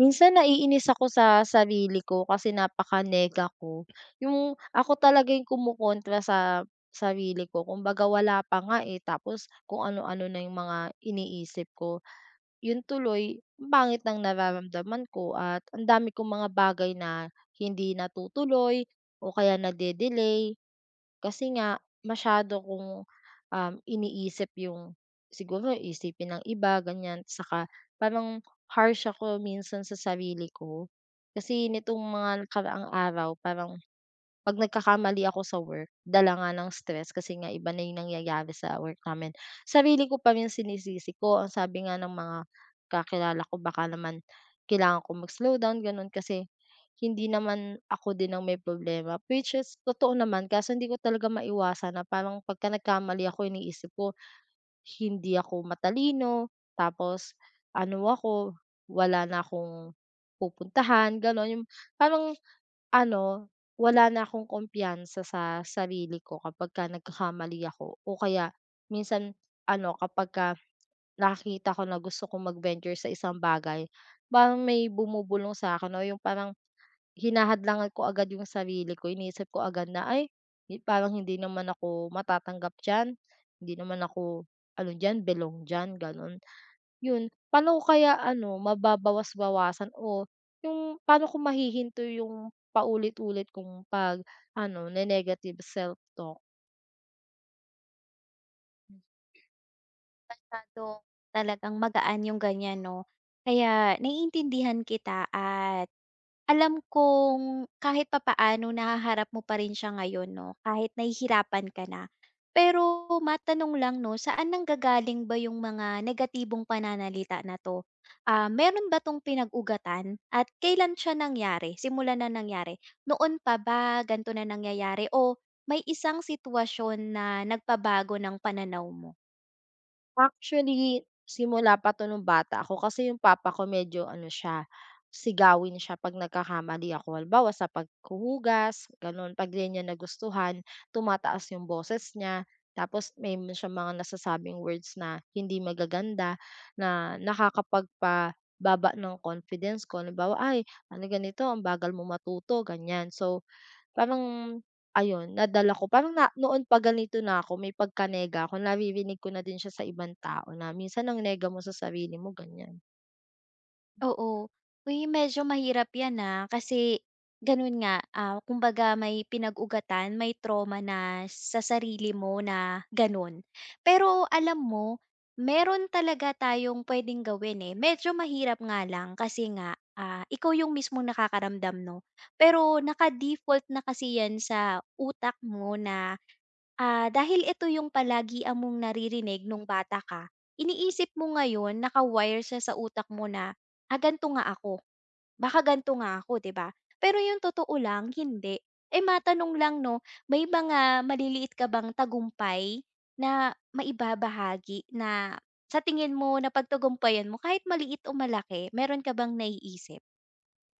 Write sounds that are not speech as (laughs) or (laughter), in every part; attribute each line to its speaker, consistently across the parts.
Speaker 1: Minsan naiinis ako sa sarili ko kasi napaka-nega ko. Yung ako talaga yung kumokontra sa sarili ko, kumbaga wala pa nga, eh, tapos kung ano-ano na yung mga iniisip ko. Yun tuloy, ang pangit ng nararamdaman ko at ang dami kong mga bagay na hindi natutuloy o kaya nade-delay. Kasi nga masyado kong, iniisip yung siguro isipin ng iba ganyan saka parang harsh ako minsan sa sarili ko. Kasi nitong mga nakaraang araw parang 'pag nagkakamali ako sa work dala nga ng stress kasi nga iba na yung nangyayari sa work namin, sarili ko pa rin sinisisi ko. Ang sabi nga ng mga kakilala ko baka naman kailangan ko mag-slow down gano'n kasi hindi naman ako din ang may problema, which is totoo naman kaso hindi ko talaga maiwasan na parang pagka nagkamali ako iniisip ko, hindi ako matalino, tapos ano ako, wala na akong pupuntahan gano'n, yung parang ano, wala na akong kumpiyansa sa sarili ko kapag ka nagkakamali ako o kaya minsan ano, kapagka nakakita ko na gusto kong mag-venture sa isang bagay, parang may bumubulong sa akin o yung parang hinahadlangan ko agad yung sarili ko, iniisip ko agad na, "Ay, hi parang hindi naman ako matatanggap diyan, hindi naman ako ano diyan, belong diyan." Gano'n. 'Yun, paano ko kaya ano, mababawas-bawasan o yung paano ko mahihinto yung paulit-ulit kong pag ano, ne-negative self-talk?
Speaker 2: Masyadong talagang magaan yung ganyan 'no. Kaya naiintindihan kita at alam kong kahit papaano nahaharap mo pa rin siya ngayon 'no, kahit nahihirapan ka na. Pero matanong lang 'no, saan nanggagaling ba yung mga negatibong pananalita na 'to? Meron ba 'tong pinag-ugatan at kailan siya nangyari, simula na nangyari? Noon pa ba ganito na nangyayari o may isang sitwasyon na nagpabago ng pananaw mo?
Speaker 1: Actually, simula pa 'to nung bata ako kasi yung papa ko medyo ano siya, sigawin siya 'pag nagkakamali ako. Halimbawa sa paghuhugas, gano'n. 'Pag di niya nagustuhan, tumataas yung boses niya, tapos may mga siyang mga nasasabing words na hindi magaganda, na nakakapagpababa ng confidence ko. Halimbawa, "Ay, ano ganito, ang bagal mo matuto", ganyan. So, parang ayun, nadala ko parang na noon pa ganito na ako may pagkanega ako naririnig ko na din siya sa ibang tao na minsan ang nega mo sa sarili mo ganyan.
Speaker 2: Oo. Uy, medyo mahirap 'yan, ah, kasi gano'n nga, ah, kumbaga may pinag-ugatan, may trauma na sa sarili mo na gano'n. Pero alam mo, meron talaga tayong puwedeng gawin, eh. Medyo mahirap nga lang kasi nga, ah, ikaw yung mismong nakakaramdam, 'no? Pero naka-default na kasi 'yan sa utak mo na. Dahil ito yung palagi among naririnig nung bata ka, iniisip mo ngayon, naka-wire siya sa utak mo na, "Ah, ganito nga ako. Baka ganito nga ako," 'di ba? Pero yung totoo lang, hindi. Eh, matanong lang 'no, may mga maliliit ka bang tagumpay na maibabahagi na sa tingin mo na napagtagumpayan mo kahit maliit o malaki, meron ka bang naiisip?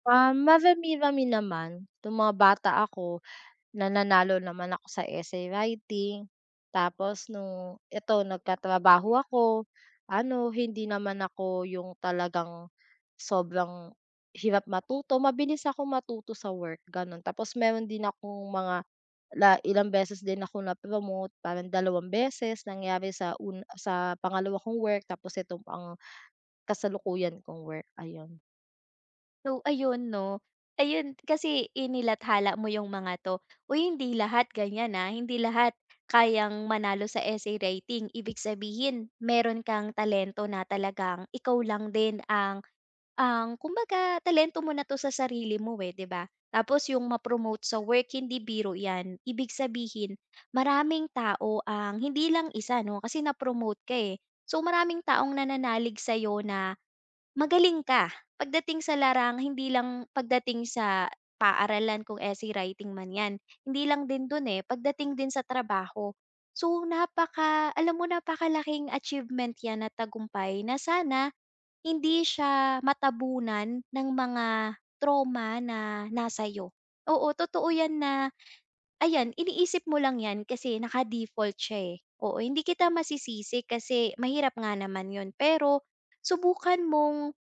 Speaker 1: Marami-rami naman, nung mga bata ako. Nananalo naman ako sa essay writing. Tapos nung ito nagkatrabaho ako, ano hindi naman ako yung talagang sobrang hirap matuto, mabilis ako matuto sa work gano'n. Tapos meron din akong mga ilang beses din ako na-promote, parang dalawang beses nangyari sa pangalawa kong work tapos ito ang kasalukuyan kong work, ayun.
Speaker 2: So, ayun 'no. Ayun, kasi inilathala mo yung mga 'to. Uy, hindi lahat ganyan, ah, hindi lahat kayang manalo sa essay writing. Ibig sabihin, meron kang talento na talagang ikaw lang din ang kumbaga talento mo na 'to sa sarili mo, eh, 'di ba? Tapos yung ma-promote sa work, hindi biro 'yan. Ibig sabihin, maraming tao ang hindi lang isa 'no, kasi na-promote ka, eh. So, maraming taong nananalig sa'yo na magaling ka pagdating sa larang, hindi lang pagdating sa paaralan kung essay writing man 'yan, hindi lang din do'n, eh, pagdating din sa trabaho. So, napaka, alam mo, napakalaking achievement 'yan at tagumpay na sana hindi siya matabunan ng mga trauma na nasa 'yo. Oo, totoo 'yan na ayan iniisip mo lang 'yan kasi naka-default siya, eh. Oo, hindi kita masisisi kasi mahirap nga naman 'yun pero subukan mong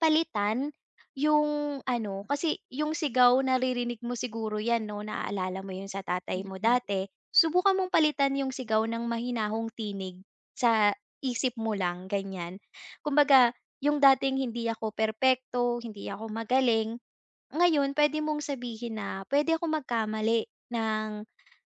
Speaker 2: palitan yung ano, kasi yung sigaw naririnig mo siguro 'yan 'no, naaalala mo 'yun sa tatay mo
Speaker 1: Mm.
Speaker 2: dati. Subukan mong palitan yung sigaw ng mahinahong tinig sa isip mo lang, ganiyan. Kumbaga yung dating, "Hindi ako perpekto, hindi ako magaling." Ngayon pwede mong sabihin na, "Pwede ako magkamali ng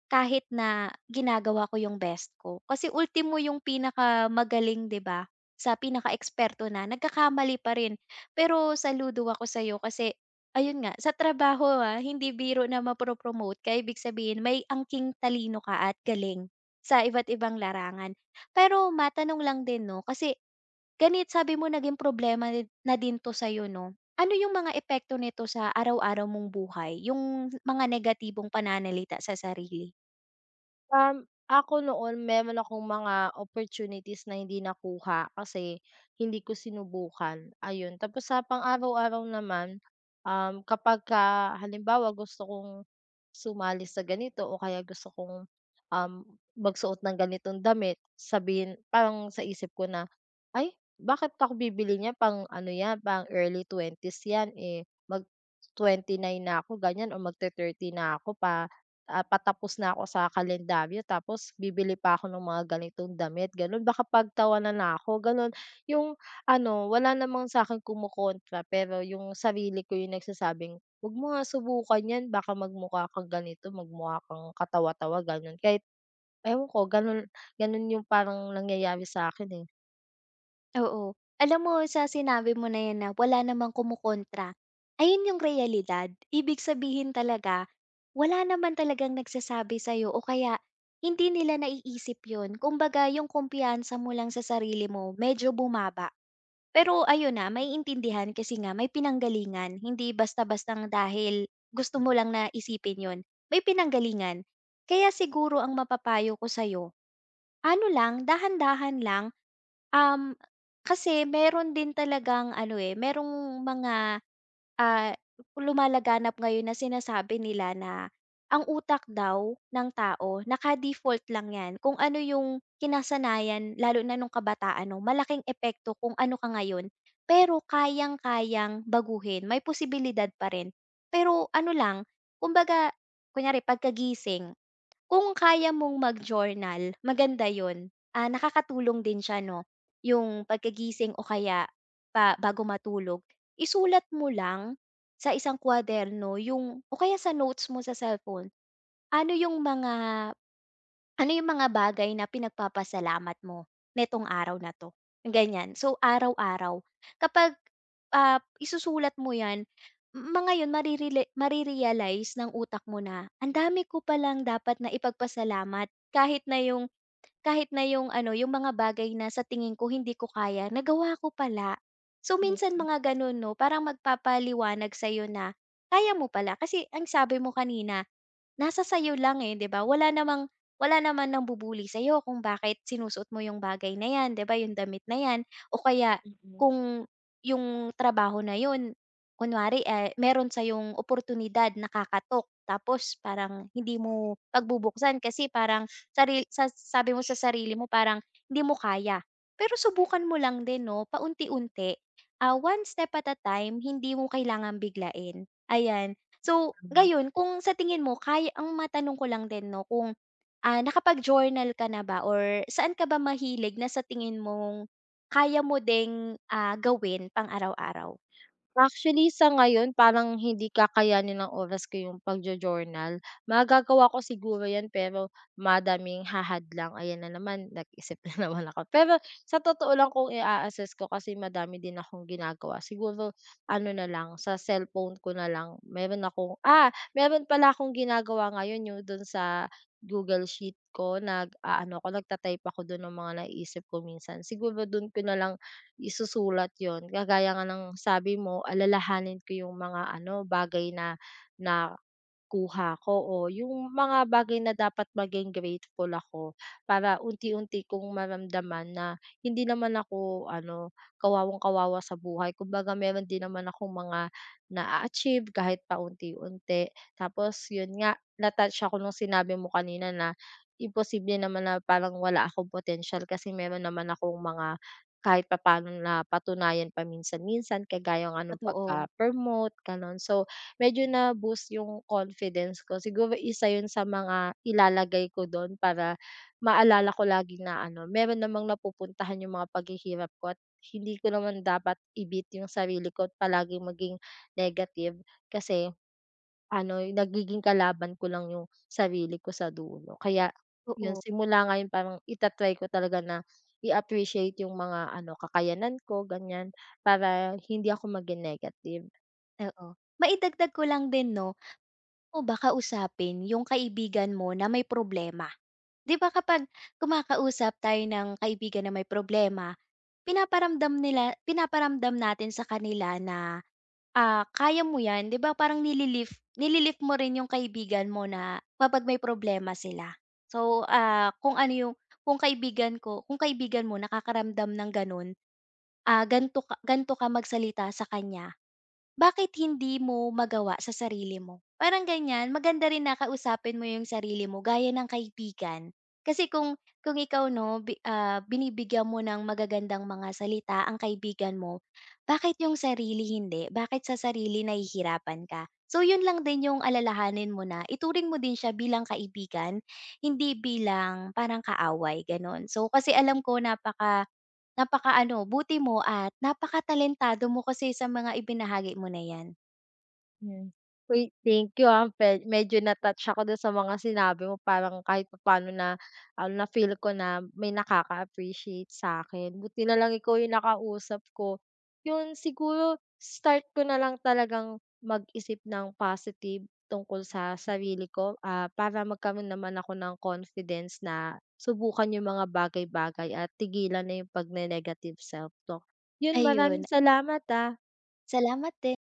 Speaker 2: kahit na ginagawa ko yung best ko." Kasi ultimo yung pinakamagaling, 'di ba, sa pinaka-eksperto na nagkakamali pa rin. Pero saludo ako sa sa'yo kasi ayun nga, sa trabaho, ah, hindi biro na mapo-promote ka. Ibig sabihin may angking talino ka at galing sa iba't ibang larangan. Pero matanong lang din 'no, kasi ganit sabi mo naging problema din 'to sa'yo 'no. Ano yung mga epekto nito sa araw-araw mong buhay, yung mga negatibong pananalita sa sarili?
Speaker 1: Ako noon meron akong mga opportunities na hindi nakuha kasi hindi ko sinubukan, ayun. Tapos sa pang-araw-araw naman, kapag ka halimbawa gusto kong sumali sa ganito o kaya gusto kong, um, magsuot ng ganitong damit, sabihin parang sa isip ko na, "Ay, bakit ako bibili niyan pang ano 'yan, pang early twenties 'yan, eh, mag-29 na ako," ganyan, o magte-30 na ako pa patapos na ako sa kalendaryo tapos bibili pa ako ng mga ganitong damit, gano'n. Baka pagtawanan na ako, gano'n. Yung ano, wala namang sa akin kumokontra pero yung sarili ko yung nagsasabing, "Wag mo nga subukan 'yan baka magmukha kang ganito, magmukha kang katawa-tawa," gano'n. Kahit ewan ko gano'n yung parang nangyayari sa'kin, eh.
Speaker 2: Oo. Alam mo sa sinabi mo na 'yan na wala namang kumokontra, ayun yung realidad. Ibig sabihin talaga, wala naman talagang nagsasabi sa'yo o kaya hindi nila naiisip yun. Kumbaga yung kumpiyansa mo lang sa sarili mo medyo bumaba. Pero ayun na, may intindihan kasi nga may pinanggalingan. Hindi basta-bastang dahil gusto mo lang na isipin yun, may pinanggalingan. Kaya siguro ang mapapayo ko sa'yo, ano lang, dahan-dahan lang. Um, Kasi meron din talagang ano, eh, merong mga, ah, lumalaganap ngayon na sinasabi nila na ang utak daw ng tao naka-default lang 'yan kung ano yung kinasanayan, lalo na nung kabataan 'no, malaking epekto kung ano ka ngayon, pero kayang-kayang baguhin, may posibilidad pa rin. Pero ano lang, kumbaga kunyari pagkagising, kung kaya mong mag-journal, maganda yun. Ah, nakakatulong din siya 'no, yung pagkagising o kaya pa bago matulog, isulat mo lang sa isang kuwaderno yung o kaya sa notes mo sa cellphone, ano yung mga ano yung mga bagay na pinagpapasalamat mo netong araw na 'to? Ganyan. So, araw-araw kapag, ah, isusulat mo 'yan, mga 'yun marirele mare ng utak mo na, "Ang dami ko palang dapat na ipagpasalamat." Kahit na yung ano, yung mga bagay na sa tingin ko hindi ko kaya, nagawa ko pala. So,
Speaker 1: Mm.
Speaker 2: minsan mga gano'n 'no, parang magpapaliwanag sa'yo na kaya mo pala. Kasi ang sabi mo kanina nasa sa'yo lang, eh, 'di ba? Wala namang wala naman nambu-bully sa'yo kung bakit sinusuot mo yung bagay na 'yan, 'di ba, yung damit na 'yan o kaya
Speaker 1: Mm, mm.
Speaker 2: kung yung trabaho na yun kunwari, eh, meron sa yung oportunidad na kakatok tapos parang hindi mo pagbubuksan kasi parang sa sabi mo sa sarili mo parang hindi mo kaya. Pero subukan mo lang din 'no, paunti-unti, ah, one step at a time, hindi mo kailangang biglain, ayan. So, gayon kung sa tingin mo kaya, ang matanong ko lang din 'no kung, ah, nakapag-journal ka na ba or saan ka ba mahilig na sa tingin mong kaya mo ding, ah, gawin pang araw-araw?
Speaker 1: Actually, sa ngayon parang hindi kakayanin ng oras ko yung pagjo-journal. Magagawa ko siguro 'yan pero madaming hahad lang, ayan na naman nag-isip na (laughs) naman ako. Pero sa totoo lang kung i-a-assess ko kasi madami din akong ginagawa, siguro ano na lang, sa cellphone ko na lang meron pala akong ginagawa ngayon yung dun sa Google Sheet ko nag-aano ako, nagta-type ako dun ng mga naiisip ko minsan. Siguro dun ko na lang isusulat 'yun. Kagaya nga ng sabi mo, alalahanin ko yung mga ano, bagay na na kuha ko o yung mga bagay na dapat maging grateful ako para unti-unti kong maramdaman na hindi naman ako ano, kawawang-kawawa sa buhay. Kumbaga meron din naman akong mga na achieve kahit pa unti. Tapos yun nga, na-touch ako nung sinabi mo kanina na imposible naman na parang wala akong potential kasi meron naman akong mga kahit papaano na patunayan paminsan-minsan kagaya nga nung
Speaker 2: Totoo.
Speaker 1: pagka-promote, gano'n. So, medyo na-boost yung confidence ko. Siguro isa yun sa mga ilalagay ko dun para maalala ko lagi na ano, meron namang napupuntahan yung mga paghihirap ko at hindi ko naman dapat ibit yung sarili ko at palaging maging negative kasi ano, nagiging kalaban ko lang yung sarili ko sa dulo. Kaya yun,
Speaker 2: Oo,
Speaker 1: simula ngayon parang itatry ko talaga na i-appreciate yung mga ano, kakayanan ko, ganyan, para hindi ako maging negative.
Speaker 2: oo. Maidagdag ko lang din 'no, o baka usapin yung kaibigan mo na may problema. 'Di ba kapag kumakausap tayo ng kaibigan na may problema, pinaparamdam natin sa kanila na, "Ah, kaya mo 'yan." 'Di ba parang nili-lift mo rin yung kaibigan mo na kapag may problema sila. So, ah, kung ano yung kung kaibigan ko kung kaibigan mo nakakaramdam ng gano'n, ah, gan'to ka magsalita sa kanya, bakit hindi mo magawa sa sarili mo? Parang ganyan, maganda rin na kausapin mo yung sarili mo gaya ng kaibigan. Kasi kung ikaw 'no, binibigyan mo ng magagandang mga salita ang kaibigan mo, bakit yung sarili hindi? Bakit sa sarili nahihirapan ka? So yun lang din yung alalahanin mo na ituring mo din siya bilang kaibigan, hindi bilang parang kaaway, gano'n. So kasi alam ko napakaano, buti mo at napakatalentado mo kasi sa mga ibinahagi mo na 'yan.
Speaker 1: Hmm. Uy, thank you, medyo na-touch ako dun sa mga sinabi mo parang kahit papaano na ano, na-feel ko na may nakaka-appreciate sa'kin. Buti na lang ikaw yung nakausap ko. Yun, siguro start ko na lang talagang mag-isip ng positive tungkol sa sarili ko, para magkaroon naman ako ng confidence na subukan yung mga bagay-bagay at tigilan na yung pagne-negative self-talk. Yun,
Speaker 2: Ayun,
Speaker 1: maraming salamat, ah.
Speaker 2: salamat din.